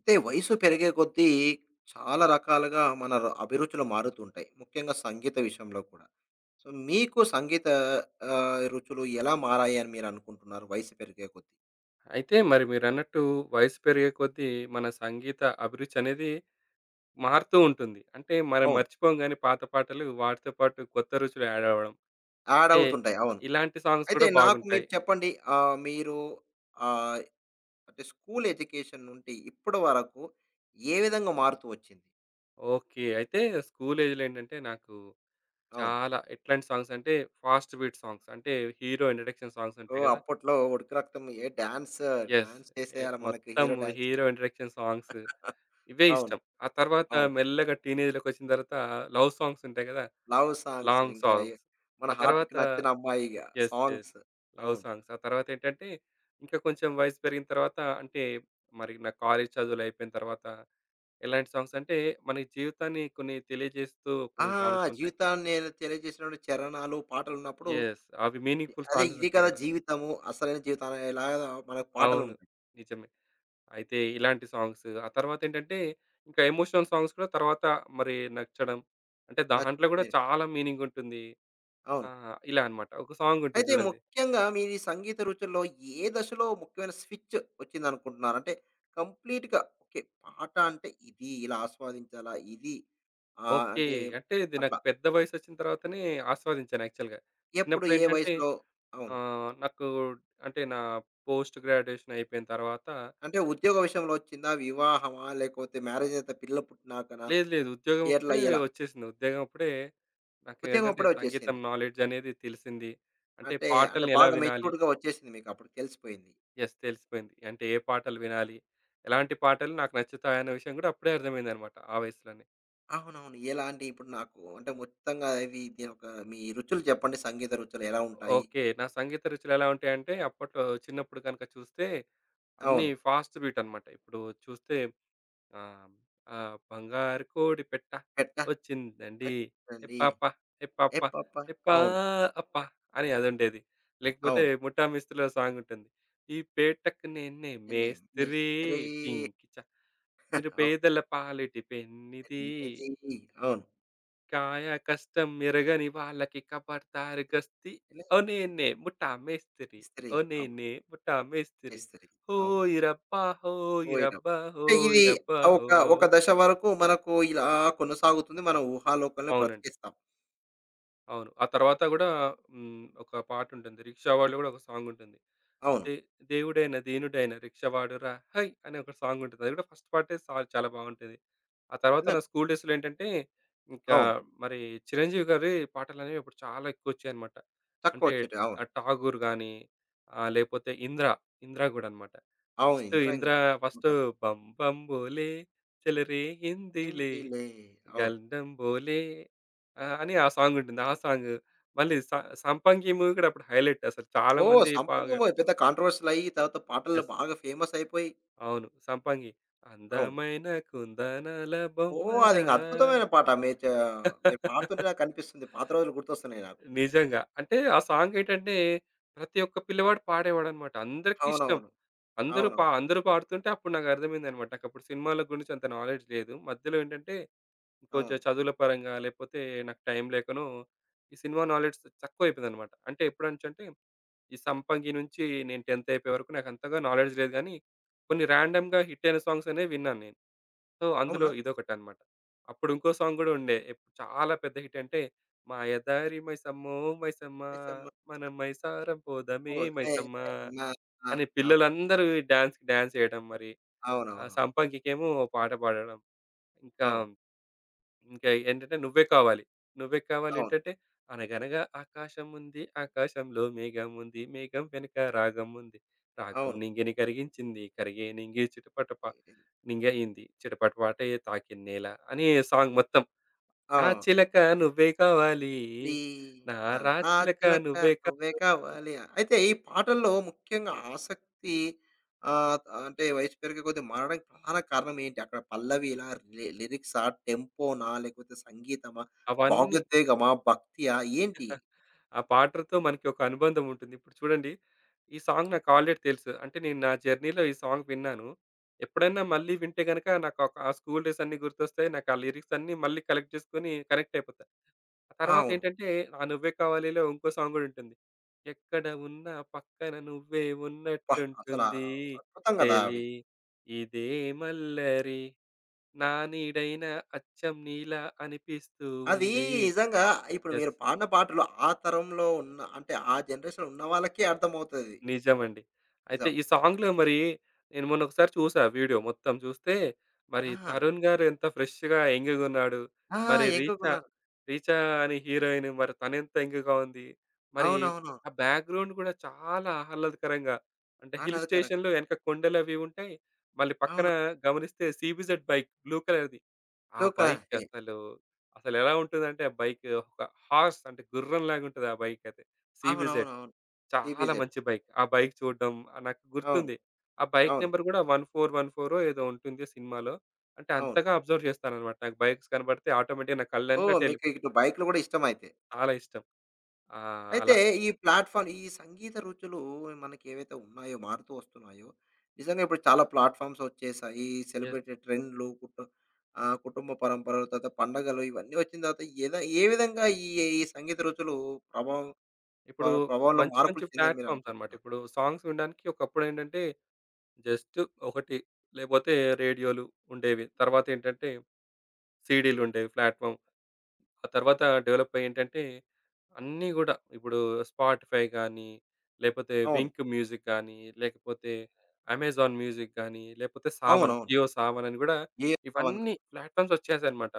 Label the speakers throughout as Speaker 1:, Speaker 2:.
Speaker 1: అంటే వయసు పెరిగే కొద్దీ చాలా రకాలుగా మన అభిరుచులు మారుతుంటాయి, ముఖ్యంగా సంగీత విషయంలో కూడా. సో, మీకు సంగీత ఆ, రుచులు ఎలా మారాయి అని మీరు అనుకుంటున్నారు వయసు పెరిగే కొద్దీ?
Speaker 2: అయితే మరి మీరన్నట్టు వయసు పెరిగే కొద్దీ మన సంగీత అభిరుచి అనేది మారుతూ ఉంటుంది. అంటే మనం
Speaker 1: అవును,
Speaker 2: మర్చిపోం గానీ పాత పాటలు వాటితో పాటు కొత్త రుచులు యాడ్ అవ్వడం.
Speaker 1: యాడ్
Speaker 2: అంటే
Speaker 1: అవుతుంటాయి, అవును.
Speaker 2: ఇలాంటి సాంగ్స్
Speaker 1: అయితే
Speaker 2: కూడా
Speaker 1: నాకు మీరు
Speaker 2: బాగుంటాయి.
Speaker 1: చెప్పండి, ఆ, మీరు ఆ, అంటే స్కూల్ ఎడ్యుకేషన్ నుండి ఇప్పటి వరకు ఏ విధంగా మారుతూ వచ్చింది?
Speaker 2: ఓకే. అయితే స్కూల్ ఏజ్‌లో ఏంటంటే నాకు
Speaker 1: అవును.
Speaker 2: చాలా ఎట్లాంటి సాంగ్స్ అంటే ఫాస్ట్ బీట్ సాంగ్స్ అంటే హీరో ఇంట్రడక్షన్ సాంగ్స్
Speaker 1: ఓ,
Speaker 2: ఉంటాయి గదా!
Speaker 1: అప్పట్లో ఉడికి రక్తం ఏ డాన్స్
Speaker 2: యెస్.
Speaker 1: డాన్స్
Speaker 2: ఎ
Speaker 1: చేసేయాలి మనకి
Speaker 2: మొత్తం
Speaker 1: hero dance.
Speaker 2: Hero introduction songs ఇవే
Speaker 1: అవును.
Speaker 2: ఇష్టం. ఆ తర్వాత
Speaker 1: అవును.
Speaker 2: మెల్లగా టీనేజ్‌లోకొచ్చిన తర్వాత లవ్ సాంగ్స్ ఉంటాయి గదా!
Speaker 1: Love songs.
Speaker 2: లాంగ్
Speaker 1: ఇంకా ఎ
Speaker 2: సాంగ్స్.
Speaker 1: మన
Speaker 2: ఆ
Speaker 1: హార్ట్‌కి
Speaker 2: తర్వాత
Speaker 1: నచ్చిన అమ్మాయిగా
Speaker 2: యెస్. యెస్.
Speaker 1: సాంగ్స్.
Speaker 2: లవ్
Speaker 1: అవును.
Speaker 2: సాంగ్స్. ఆ తర్వాతేంటంటే, ఇంకా కొంచెం వయసు పెరిగిన తర్వాత అంటే, మరి నా కాలేజ్ చదువులయిపోయిన తర్వాత, ఎలాంటి సాంగ్స్ అంటే, మన జీవితాన్ని కొన్ని తెలియజేస్తూ
Speaker 1: ఆ!
Speaker 2: కొన్ని సాంగ్సుంటాయి.
Speaker 1: జీవితాన్ని తెలియజేసినటువంటి చరణాలు, పాటలున్నప్పుడు
Speaker 2: యెస్. అవి మీనింగ్‌ఫుల్
Speaker 1: అదే ఇది
Speaker 2: సాంగ్సుంటాయి
Speaker 1: కదా
Speaker 2: గదా!
Speaker 1: జీవితము, అసలైన జీవితం అనేలాగా మనకు
Speaker 2: అవును.
Speaker 1: పాటలుంటాయి.
Speaker 2: నిజమే. అయితే ఇలాంటి సాంగ్స్, ఆ తర్వాతేంటంటే, ఇంకా ఎమోషనల్ సాంగ్స్ కూడా తర్వాత మరి నచ్చడం. అంటే
Speaker 1: నచ్
Speaker 2: దాంట్లో గూడా
Speaker 1: నేను
Speaker 2: చాలా మీనింగుంటుంది. ఆ!
Speaker 1: అవును.
Speaker 2: ఇలా అన్నమాట. ఒక సాంగుంటుంది
Speaker 1: అయితే
Speaker 2: చూడండి.
Speaker 1: ముఖ్యంగా మీరు ఈ సంగీత రుచుల్లో ఏ దశలో ముఖ్యమైన స్విచ్ వచ్చిందనుకుంటున్నారు? అంటే కంప్లీట్‌గా ఓకే. పాట అంటే ఇది, ఇలా ఆస్వాదించాలా, ఇది
Speaker 2: ఓకే.
Speaker 1: అంటే
Speaker 2: అంటే ఇది నాకు
Speaker 1: అట్లా
Speaker 2: పెద్ద వయసొచ్చిన తర్వాతనే ఆస్వాదించాను యాక్చువల్‌గా.
Speaker 1: ఎప్పుడు ఏ
Speaker 2: చిన్నప్పుడేంటంటే
Speaker 1: వయసులో? అవును.
Speaker 2: నాకు అంటే నా పోస్ట్ గ్రాడ్యుయేషన్ అయిపోయిన తర్వాత
Speaker 1: అంటే ఉద్యోగ విషయంలో వచ్చిందా? వివాహమా? లేకపోతే మ్యారేజ్ అయితే పిల్లలు పుట్టినాకనా?
Speaker 2: లేదు, లేదు ఉద్యోగం అప్పుడే
Speaker 1: ఎలా?
Speaker 2: వచ్చేసింది. ఉద్యోగం అప్పుడే
Speaker 1: ఉద్యోగం
Speaker 2: నాకేంటంటే
Speaker 1: అప్పుడే
Speaker 2: సంగీతం
Speaker 1: వచ్చేసింది.
Speaker 2: నాలెడ్జ్ అనేది తెలిసింది. అంటే
Speaker 1: అంటే
Speaker 2: పాటల్ని ఎలా
Speaker 1: బాగా
Speaker 2: వినాలి?
Speaker 1: మెచ్యూర్డ్‌గా వచ్చేసింది, మీకప్పుడు తెలిసిపోయింది.
Speaker 2: యెస్. తెలిసిపోయింది. అంటే ఏ పాటలు వినాలి? ఎలాంటి పాటలు నాకు నచ్చుతాయన్న విషయం గూడా అప్పుడే అర్థమైందనమాట ఆ వయసులోనే.
Speaker 1: అవునవును. ఎలా అండి? ఇప్పుడు నాకు అంటే మొత్తంగా ఇవి దీనొక మీ రుచులు చెప్పండి. సంగీత రుచులు ఎలా ఉంటాయి?
Speaker 2: ఓకే. నా సంగీత రుచులు ఎలా ఉంటాయంటే అప్పట్లో చిన్నప్పుడు గనుక చూస్తే అన్నీ
Speaker 1: అవును.
Speaker 2: ఫాస్ట్ బీట్ అనమాట. ఇప్పుడు చూస్తే ఆ! ఆ బంగారు కోడి పెట్ట
Speaker 1: ఎట్ట
Speaker 2: వచ్చిందండి. ఎ
Speaker 1: అచ్చండి.
Speaker 2: పాప, ఎ పాప,
Speaker 1: ఏ పాప.
Speaker 2: ఎ పా
Speaker 1: అవును.
Speaker 2: అప్ప అని అదుండేది. లేకపోతే
Speaker 1: అవును.
Speaker 2: 'ముఠా మిస్త్రీలో' సాంగుంటుంది. ఈ పేటకి నేనే
Speaker 1: నిన్నే
Speaker 2: మేస్త్రి
Speaker 1: మిస్త్రీ.
Speaker 2: జింకిచ
Speaker 1: అవును.
Speaker 2: నిరుపేదల పాలిటి పెన్నిది.
Speaker 1: ఎన్నిది. అవును.
Speaker 2: కాయ కష్టం ఎరగని వాళ్ళకి ఖబర్దార్ గస్తీ.
Speaker 1: ఇలా
Speaker 2: ఓ నేనే ముఠా మేస్త్రి.
Speaker 1: ఇస్త్రీ.
Speaker 2: ఓ
Speaker 1: అవును.
Speaker 2: నేనే ముఠా మేస్త్రి.
Speaker 1: ఇస్త్రీ. అవును.
Speaker 2: హోయ్ రబ్బా హోయ్
Speaker 1: పోయినాం.
Speaker 2: రబ్బా
Speaker 1: అంటే
Speaker 2: హోయ్
Speaker 1: ఇది
Speaker 2: రబ్బా
Speaker 1: ఒక
Speaker 2: హోయ్.
Speaker 1: దశ వరకు మనకు ఇలా కొనసాగుతుంది. మన ఊహాలోకంలో
Speaker 2: అవునండి.
Speaker 1: బ్రతికిస్తాం.
Speaker 2: అవును. ఆ తర్వాత గూడా హ్మ్. ఒక పాటుంటుంది. 'రిక్షావాడులో' గూడా ఒక సాంగుంటుంది.
Speaker 1: అవును.
Speaker 2: దే దేవుడైన దీనుడైన రిక్షావాడురా హై! అనే ఒక సాంగుంటది. అది గూడా ఫస్ట్ పార్టే సా చాలా బావుంటది. ఆ తర్వాత
Speaker 1: నిజం.
Speaker 2: నా స్కూల్ డేస్‌లో ఏంటంటే, ఇంకా
Speaker 1: అవును.
Speaker 2: మరి చిరంజీవి గారి పాటలనేవి అప్పుడు చాలా ఎక్కువొచ్చాయన్నమాట. అంటే
Speaker 1: చక్కవొచ్చేటివి. అవును.
Speaker 2: 'ఠాగూర్' గాని, లేపోతే 'ఇంద్ర', 'ఇంద్ర' గూడా అన్నమాట.
Speaker 1: అవును.
Speaker 2: ఫస్ట్
Speaker 1: ఇందిరాయిల్లు
Speaker 2: 'ఇంద్ర'
Speaker 1: అసలు.
Speaker 2: ఫస్టు
Speaker 1: చెప్పకండి.
Speaker 2: 'బం బం బోలే చలరే హిందీలే'
Speaker 1: హిందీలే. అవును.
Speaker 2: గంధం బోలే అని ఆ సాంగుంటుంది. ఆ సాంగ్. మళ్ళీ స 'సంపంగి' మూవీ కూడా అప్పుడు హైలైట్ అసలు చాలా
Speaker 1: ఓహ్!
Speaker 2: మంది బాగా
Speaker 1: పెద్ద కాంట్రోవర్షియల్ అయ్యి తర్వాత పాటల్లో
Speaker 2: యెస్.
Speaker 1: బాగా ఫేమస్ అయిపోయి
Speaker 2: అవును. 'సంపంగి'
Speaker 1: అవును.
Speaker 2: అందమైన కుందనాల
Speaker 1: ఓహ్! అది
Speaker 2: బొమ్మరా
Speaker 1: ఇంక అద్భుతమైన పాట. మీరు పాడుతుంటే నాకనిపిస్తుంది. పాత రోజులు గుర్తొస్తున్నాయి నాకు.
Speaker 2: నిజంగా. అంటే ఆ సాంగ్ ఏంటంటే ప్రతి ఒక్క పిల్లవాడు పాడేవాడన్నమాట. అందరికీ ఇష్టం.
Speaker 1: అవునవును. అవునవును.
Speaker 2: అందరూ పాడుతుంటే అప్పుడు నాకు అర్థమైందన్నమాట. నాకప్పుడు సినిమాల గురించి అంత నాలెడ్జ్ లేదు. మధ్యలో ఏంటంటే కొంచెం
Speaker 1: అవును.
Speaker 2: చదువుల పరంగా లేపోతే నాకు టైం లేకనో, ఈ సినిమా నాలెడ్జ్ తక్కువైపోయిందనమాట. అంటే ఎప్పుడంచంటే, ఈ 'సంపంగి' నుంచి నేను 10థ్ అయిపోయే వరకు నాకంతగా నాలెడ్జ్ లేదు గానీ, కొన్ని ర్యాండమ్‌గా హిట్ అయిన సాంగ్స్ అనేవి విన్నాను నేను. సో, అందులో
Speaker 1: అవునా?
Speaker 2: ఇదొకటనమాట. అప్పుడు ఇంకో సాంగ్ గూడా ఉండే. చాలా పెద్ద హిట్ అంటే, మాయదారి మైసమ్మో మైసమ్మ
Speaker 1: మైసమ్మ.
Speaker 2: మనం మైసారం పోదమే
Speaker 1: ఓహ్! హే
Speaker 2: మైసమ్మ
Speaker 1: మైసమ్మ. ఆ!
Speaker 2: అని
Speaker 1: అవ్
Speaker 2: పిల్లలందరూ డాన్స్‌కి డాన్స్ ఎయడం మరి. ఆ
Speaker 1: అవునవునవును.
Speaker 2: సంపంగికేమో పాట పాడడం. ఇంకా
Speaker 1: అవును.
Speaker 2: ఇంకా ఏంటంటే నువ్వే కావాలి. నువ్వే కావాలి
Speaker 1: అవును.
Speaker 2: ఏంటంటే, అనగనగా ఆకాశముంది ఆకాశంలో మేఘముంది మేఘం వెనక రాగముంది. రాగం
Speaker 1: అవును.
Speaker 2: నింగిని కరిగించింది కరిగే నింగి చిటపటప నింగయింది చిటపటపాటే తాకిన్నేల అని సాంగ్ మొత్తం. నా
Speaker 1: అవును.
Speaker 2: చిలక నువ్వే కావాలి.
Speaker 1: ఈ
Speaker 2: నా
Speaker 1: ఆహ్, ఆ!
Speaker 2: రాచిలక
Speaker 1: చిలక
Speaker 2: నువ్వే కావాలి.
Speaker 1: నువ్వే కావాలి. అయితే ఈ పాటల్లో ముఖ్యంగా ఆసక్తి ఆహ్, అంటే వయసు పెరిగే కొద్దీ మారడానికి ప్రధాన కారణం ఏంటి? అక్కడ పల్లవిలా, లిరిక్సా, టెంపోనా, లేకపోతే సంగీతమా,
Speaker 2: అవన్నీ
Speaker 1: భావోద్వేగమా, భక్తియా ఏంటి?
Speaker 2: ఆ పాటతో మనకి ఒక అనుబంధం ఉంటుంది. ఇప్పుడు చూడండి, ఈ సాంగ్ నాకు ఆల్రెడీ తెలుసు. అంటే నేను నా జర్నీలో ఈ సాంగ్ విన్నాను. ఎప్పుడైనా మళ్ళీ వింటే గనక నాకు ఒక ఆ స్కూల్ డేస్ అన్నీ గుర్తొస్తాయి. నాకు ఆ లిరిక్స్ అన్నీ మళ్ళీ కలెక్ట్ చేసుకొని కనెక్ట్ అయిపోతా. ఆ తర్వాత
Speaker 1: అవును.
Speaker 2: ఏంటంటే 'ఆ నువ్వే కావాలిలో' ఇంకో సాంగ్ గూడా ఉంటుంది. ఎక్కడ ఉన్నా పక్కన నువ్వే
Speaker 1: అబ్బా! అసల
Speaker 2: ఉన్నట్టుంటుంది
Speaker 1: అద్భుతం కదా! అవి.
Speaker 2: చెలి ఇదే మల్లరి నా నీడైన అచ్చం నీలా అనిపిస్తూ
Speaker 1: అది
Speaker 2: ఉంది.
Speaker 1: నిజంగా ఇప్పుడు
Speaker 2: యస్.
Speaker 1: మీరు పాడిన పాటలు ఆ తరంలో ఉన్న అంటే ఆ జనరేషన్‌లో ఉన్న వాళ్ళకే అర్థమవుతది.
Speaker 2: నిజమండి. అయితే
Speaker 1: నిజం.
Speaker 2: ఈ సాంగ్‌లో మరి నేను మొన్న ఒకసారి చూసా వీడియో మొత్తం చూస్తే, మరి
Speaker 1: ఆ!
Speaker 2: తరుణ్ గారు ఎంత ఫ్రెష్‌గా యంగ్‌గా ఉన్నాడు.
Speaker 1: ఆ!
Speaker 2: మరి
Speaker 1: ఎంకకున్నారు.
Speaker 2: రీచా అనే హీరోయిన్ మరి తనెంత యంగ్‌గా ఉంది. మరి
Speaker 1: అవునవును.
Speaker 2: ఆ బ్యాక్‌గ్రౌండ్ కూడా చాలా ఆహ్లాదకరంగా అంటే హిల్
Speaker 1: ఆహ్లాదకరంగా.
Speaker 2: స్టేషన్‌లో వెనక కొండలు అవి ఉంటాయి. మళ్ళీ పక్కన
Speaker 1: అవును.
Speaker 2: గమనిస్తే సీబీజెడ్ బైక్ బ్లూ కలర్‌ది. ఆ
Speaker 1: బ్లూ కలర్
Speaker 2: బైక్
Speaker 1: టే.
Speaker 2: అసలు, అసలెలా ఉంటుందంటే ఆ బైక్ ఒక హార్స్ అంటే గుర్రంలాగా ఉంటది ఆ బైక్ అయితే. సీబీజెడ్.
Speaker 1: అవునవునవును.
Speaker 2: చాలా
Speaker 1: టీపీజెడ్.
Speaker 2: మంచి బైక్. ఆ బైక్ చూడడం నాకు
Speaker 1: అవును.
Speaker 2: గుర్తుంది. ఆ బైక్
Speaker 1: అవును.
Speaker 2: నంబర్ గూడా 1414 ఏదో ఉంటుంది సినిమాలో. అంటే
Speaker 1: అవును.
Speaker 2: అంతగా అబ్జర్వ్ చేస్తాననమాట. నాకు బైక్స్ కనబడితే ఆటోమేటిక్‌గా నా
Speaker 1: ఓహ్!
Speaker 2: కళ్ళన్నట్టు
Speaker 1: మీకు
Speaker 2: ఎళ్ళిపోతాయి.
Speaker 1: ఇటు బైక్‌లు గూడా ఇష్టమైతే.
Speaker 2: చాలా ఇష్టం.
Speaker 1: అయితే
Speaker 2: అలా.
Speaker 1: ఈ ప్లాట్‌ఫార్మ్ ఈ సంగీత రుచులు మనకి ఏవైతే ఉన్నాయో, మారుతూ వస్తున్నాయో, నిజంగా ఇప్పుడు చాలా ప్లాట్‌ఫార్మ్స్ వచ్చేసాయి.
Speaker 2: యెస్.
Speaker 1: సెలబ్రిటీ ట్రెండ్‌లు, కుటు ఆహ్, కుటుంబ పరంపరలు, తర్వాత పండగలు ఇవన్నీ వచ్చిన తర్వాత ఏద ఏ విధంగా ఈ ఈ సంగీత రుచులు ప్రభావం
Speaker 2: ఇప్పుడు
Speaker 1: ప్రభావంలో
Speaker 2: మంచి
Speaker 1: మార్పులు
Speaker 2: మంచి
Speaker 1: చెందాయని
Speaker 2: ప్లాట్‌ఫార్మ్స్ అనమాట.
Speaker 1: మీరనుకుంటున్నారు?
Speaker 2: ఇప్పుడు సాంగ్స్ వినడానికి ఒకప్పుడేంటంటే జస్ట్ ఒకటి లేపోతే రేడియోలు ఉండేవి. తర్వాతేంటంటే సీడీలుండేవి ప్లాట్‌ఫార్మ్. ఆ తర్వాత డెవలప్ అయ్యి ఏంటంటే అన్నీ గూడా ఇప్పుడు స్పాటిఫై గానీ, లేపోతే
Speaker 1: అవును.
Speaker 2: వింక్ మ్యూజిక్ గానీ, లేకపోతే అమెజాన్ మ్యూజిక్ గానీ, లేపోతే సావన్
Speaker 1: అవునవును.
Speaker 2: జియో సావన్ అని గూడా
Speaker 1: ఏ పవన్
Speaker 2: ఇవన్నీ ప్లాట్‌ఫామ్స్ వచ్చేసాయన్నమాట.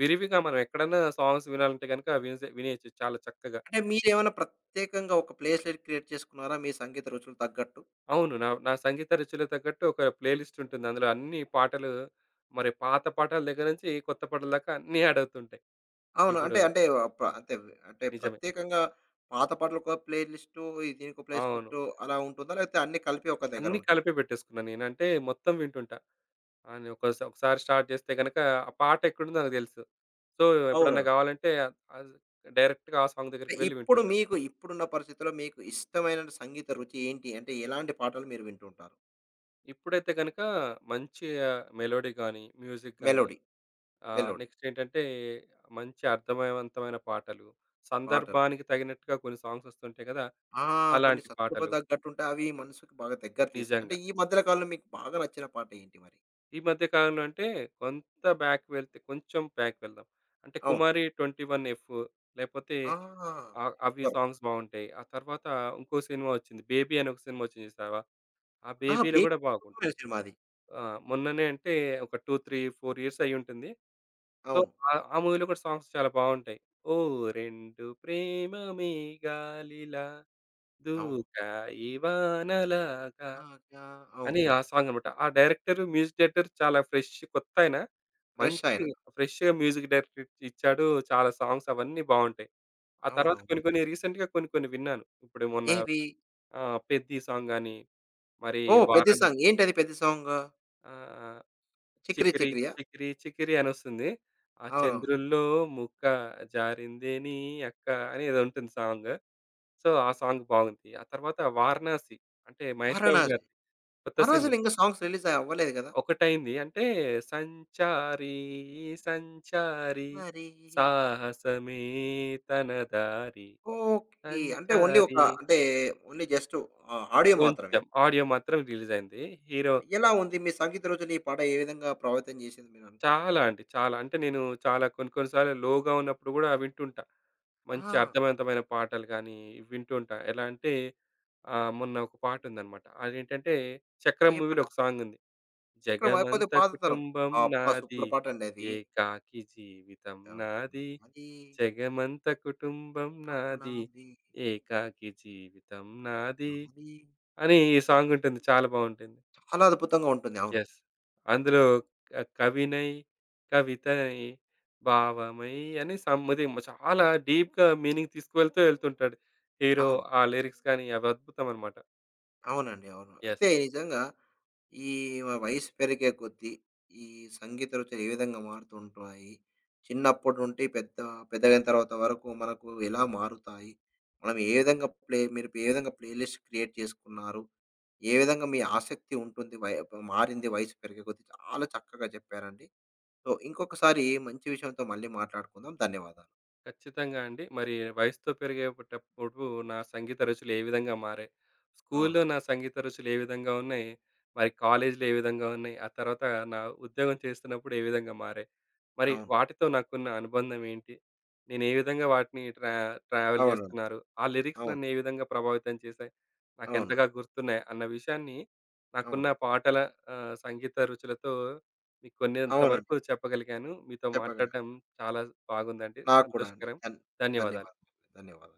Speaker 2: విరివిగా మనం ఎక్కడన్నా సాంగ్స్ వినాలంటే గనక వినేసే వినేయొచ్చు చాలా చక్కగా.
Speaker 1: అంటే మీరేమన్నా ప్రత్యేకంగా ఒక ప్లేస్ లిస్ట్ క్రియేట్ చేసుకున్నారా? మీ సంగీత రుచులు తగ్గట్టు?
Speaker 2: అవును. నా నా సంగీత రుచులకు తగ్గట్టు ఒక ప్లే లిస్ట్ ఉంటుంది. అందులో అన్ని పాటలు మరి పాత పాటల దగ్గర నుంచి కొత్త పాటల దాకా అన్నీ యాడ్ అవుతుంటాయి.
Speaker 1: అవును.
Speaker 2: ఇప్పుడు
Speaker 1: అంటే అంటే అంటే అంటే
Speaker 2: నిజమే.
Speaker 1: ప్రత్యేకంగా పాత పాటలకో ప్లే లిస్టు, ఈ దీనికో ప్లే
Speaker 2: అవును.
Speaker 1: లిస్టు అలా ఉంటుందా? లేకపోతే అన్నీ కలిపి ఒక దగ్గర
Speaker 2: అన్నీ
Speaker 1: ఉంటాయా?
Speaker 2: కలిపి పెట్టేసుకున్నా నేను. అంటే మొత్తం వింటుంటా. అని ఒకసారి స్టార్ట్ జేస్తే గనక, ఆ పాట ఎక్కడుందో నాకు తెలుసు. సో, ఎప్పుడన్నా
Speaker 1: అవునవును.
Speaker 2: గావాలంటే అద్ డైరెక్ట్‌గా ఆ సాంగ్
Speaker 1: అంటే
Speaker 2: దగ్గరికి వెళ్లి
Speaker 1: ఇప్పుడు
Speaker 2: వింటుంటా.
Speaker 1: మీకు ఇప్పుడున్న పరిస్థితుల్లో మీకు ఇష్టమైన సంగీత రుచి ఏంటి? అంటే ఎలాంటి పాటలు మీరు వింటుంటారు?
Speaker 2: ఇప్పుడైతే గనక మంచి మెలోడీ గానీ, మ్యూజిక్ గానీ,
Speaker 1: మెలోడీ, మెలోడీ
Speaker 2: నెక్స్ట్ ఏంటంటే మంచి అర్థమయవంతమైన పాటలు,
Speaker 1: పాటలు.
Speaker 2: సందర్భానికి తగినట్టుగా కొన్ని సాంగ్స్ ఒస్తుంటాయి గదా!
Speaker 1: ఆ! కొన్ని
Speaker 2: అలాంటి
Speaker 1: సందర్భం
Speaker 2: పాటలు
Speaker 1: తగ్గట్టుంటే అవి మనసుకి బాగా దగ్గర తీస్తాయి. అంటే
Speaker 2: నిజంగా.
Speaker 1: ఈ మధ్యల కాలంలో మీకు బాగా నచ్చిన పాట ఏంటి మరి?
Speaker 2: ఈ మధ్య కాలంలో అంటే కొంత బ్యాక్ వెళ్తే కొంచెం బ్యాక్ వెళ్దాం. అంటే
Speaker 1: అవును.
Speaker 2: 'కుమారి 21 ఎఫ్' లేపోతే
Speaker 1: ఆ!
Speaker 2: ఆ! అవి
Speaker 1: సూపర్.
Speaker 2: సాంగ్స్ బావుంటాయి. ఆ తర్వాత ఇంకో సినిమా వచ్చింది. 'బేబీ' అని ఒక సినిమా వచ్చింది చూసావా? ఆ
Speaker 1: ఆ!
Speaker 2: 'బేబీ'లో
Speaker 1: బే
Speaker 2: గూడా బాగుంటుంది.
Speaker 1: సినిమా అది.
Speaker 2: ఆ! మొన్ననే అంటే ఒక 2, 3, 4 ఇయర్స్ అయ్యుంటుంది. సో,
Speaker 1: అవును.
Speaker 2: ఆ మూవీలో కూడా సాంగ్స్ చాలా బావుంటాయి. ఓ రెండు ప్రేమమే గాలిలా
Speaker 1: అవును.
Speaker 2: దూకాయి వానలాగా
Speaker 1: నాకా అవును.
Speaker 2: అని ఆ సాంగనమాట. ఆ డైరెక్టర్, మ్యూజిక్ డైరెక్టర్ చాలా ఫ్రెష్ కొత్తాయన.
Speaker 1: క్రష్
Speaker 2: మంచి
Speaker 1: ఆయన.
Speaker 2: ఫ్రెష్‌గా మ్యూజిక్ డైరెక్టర్ ఇచ్చాడు. చాలా సాంగ్స్ అవన్నీ బావుంటాయి. ఆ తర్వాత
Speaker 1: అవునవును.
Speaker 2: కొన్ని కొన్ని రీసెంట్‌గా కొన్ని కొన్ని విన్నాను. ఇప్పుడు మొన్న
Speaker 1: ఏవి?
Speaker 2: 'పెద్ది' సాంగ్ గాని, మరి
Speaker 1: ఓహ్! పెద్ది
Speaker 2: 'వారన'
Speaker 1: సాంగ్. ఏంటది పెద్ది సాంగ్?
Speaker 2: ఆహ్,
Speaker 1: 'చికిరి
Speaker 2: 'చికిరి
Speaker 1: చికిరియా'?
Speaker 2: చికిరి 'చికిరి అనొస్తుంది. ఆ
Speaker 1: అవునవును.
Speaker 2: 'చంద్రుల్లో ముక్క జారిందే నీ అక్క' అని ఏదో ఉంటుంది సాంగ్. సో, ఆ సాంగ్ బాగుంది. ఆ తర్వాత 'వారణాసి' అంటే మహేష్ బాబు
Speaker 1: 'వారణాసి.'
Speaker 2: గారిది కొత్త సినిమా.
Speaker 1: 'వారణాసిలో' ఇంకా సాంగ్స్ రిలీజ్ అవ్వలేదు కదా!
Speaker 2: ఒకటైంది. అంటే సంచారి సంచారి
Speaker 1: మరి
Speaker 2: సాహసమే తన దారి
Speaker 1: ఓకే. అంటే ఓన్లీ ఒక
Speaker 2: సంచారి
Speaker 1: అంటే ఓన్లీ జస్ట్ ఆహ్, ఆడియో మాత్రమే.
Speaker 2: కొంచెం ఆడియో మాత్రం రిలీజయింది. హీరో
Speaker 1: ఆ! ఎలా ఉంది? మీ సంగీత రుచుని ఈ పాట ఏ విధంగా ప్రభావితం చేసింది మీరు అనుకుంటున్నారు?
Speaker 2: చాలా అంటే నేను చాలా కొన్ని కొన్ని సార్లు లోగా ఉన్నప్పుడు గూడా వింటుంటా. మంచి
Speaker 1: ఆ!
Speaker 2: అర్థవంతమైన పాటలు గానీ వింటూ ఉంటా. ఎలా అంటే మొన్న ఒక పాటుందనమాట. అదేంటంటే 'చక్రం'
Speaker 1: ఏ పాట?
Speaker 2: మూవీలో ఒక సాంగుంది.
Speaker 1: 'చక్రమా' కొద్దిగా
Speaker 2: జగమంత
Speaker 1: పాత తరం.
Speaker 2: కుటుంబం
Speaker 1: అబ్బా!
Speaker 2: నాది
Speaker 1: సూపర్ పాటండి అది.
Speaker 2: ఏకాకి జీవితం
Speaker 1: అవును.
Speaker 2: నాది
Speaker 1: అది
Speaker 2: జగమంత కుటుంబం నాది.
Speaker 1: నాది.
Speaker 2: ఏకాకి జీవితం నాది.
Speaker 1: అది
Speaker 2: అని ఈ సాంగుంటుంది. చాలా బావుంటుంది.
Speaker 1: చాలా అద్భుతంగా ఉంటుంది. అవును.
Speaker 2: యెస్. అందులో కవినై, కవితనై, భావమై అని సమ్‌థింగ్ చాలా డీప్‌గా మీనింగ్ తీసుకువెళ్తూ వెళ్తుంటాడు. హీరో
Speaker 1: అవును.
Speaker 2: ఆ లిరిక్స్ గాని అవి అద్భుతం అనమాట.
Speaker 1: అవునండి. అవును. అయితే
Speaker 2: యెస్.
Speaker 1: నిజంగా ఈ వయసు పెరిగే కొద్దీ ఈ సంగీత రుచులు ఏ విధంగా మారుతుంటాయి? చిన్నప్పటి నుండి పెద్దగైన తర్వాత వరకు మనకు ఎలా మారుతాయి? మనం ఏ విధంగా ప్లే మీరు ఏ విధంగా ప్లేలిస్ట్ క్రియేట్ చేసుకున్నారు? ఏ విధంగా మీ ఆసక్తి ఉంటుంది? వయ మారింది వయసు పెరిగే కొద్దీ చాలా చక్కగా చెప్పారండి. సో, ఇంకొకసారి మంచి విషయంతో మళ్ళీ మాట్లాడుకుందాం. ధన్యవాదాలు.
Speaker 2: ఖచ్చితంగా అండి. మరి వయసుతో పెరిగేటప్పుడు నా సంగీత రుచులు ఏ విధంగా మారాయి? స్కూల్‌లో
Speaker 1: అవునండి.
Speaker 2: నా సంగీత రుచులు ఏ విధంగా ఉన్నాయి? మరి కాలేజీలో ఏ విధంగా ఉన్నాయి? ఆ తర్వాత నా ఉద్యోగం చేస్తున్నప్పుడు ఏ విధంగా మారాయి? మరి
Speaker 1: అవును.
Speaker 2: వాటితో నాకున్న అనుబంధం ఏంటి? నేను ఏ విధంగా వాటిని ట్రావెల్
Speaker 1: అవునండి.
Speaker 2: చేస్తున్నారు? ఆ లిరిక్స్
Speaker 1: అవును.
Speaker 2: నన్ను ఏ విధంగా ప్రభావితం చేశాయి?
Speaker 1: అవును.
Speaker 2: నాకెంతగా గుర్తున్నాయి? అన్న విషయాన్ని నాకున్న
Speaker 1: అవునండి.
Speaker 2: పాటల సంగీత రుచులతో మీకు కొన్నంత
Speaker 1: అవునండి.
Speaker 2: వరకు చెప్పగలిగాను. మీతో
Speaker 1: చెప్పగా
Speaker 2: మాట్లాడడం చాలా బాగుందండి.
Speaker 1: నాకు కూడా అండి.
Speaker 2: సంతోషకరం. ధన్యవాదాలు.
Speaker 1: ధన్యవాదాలు. ధన్యవాదాలు.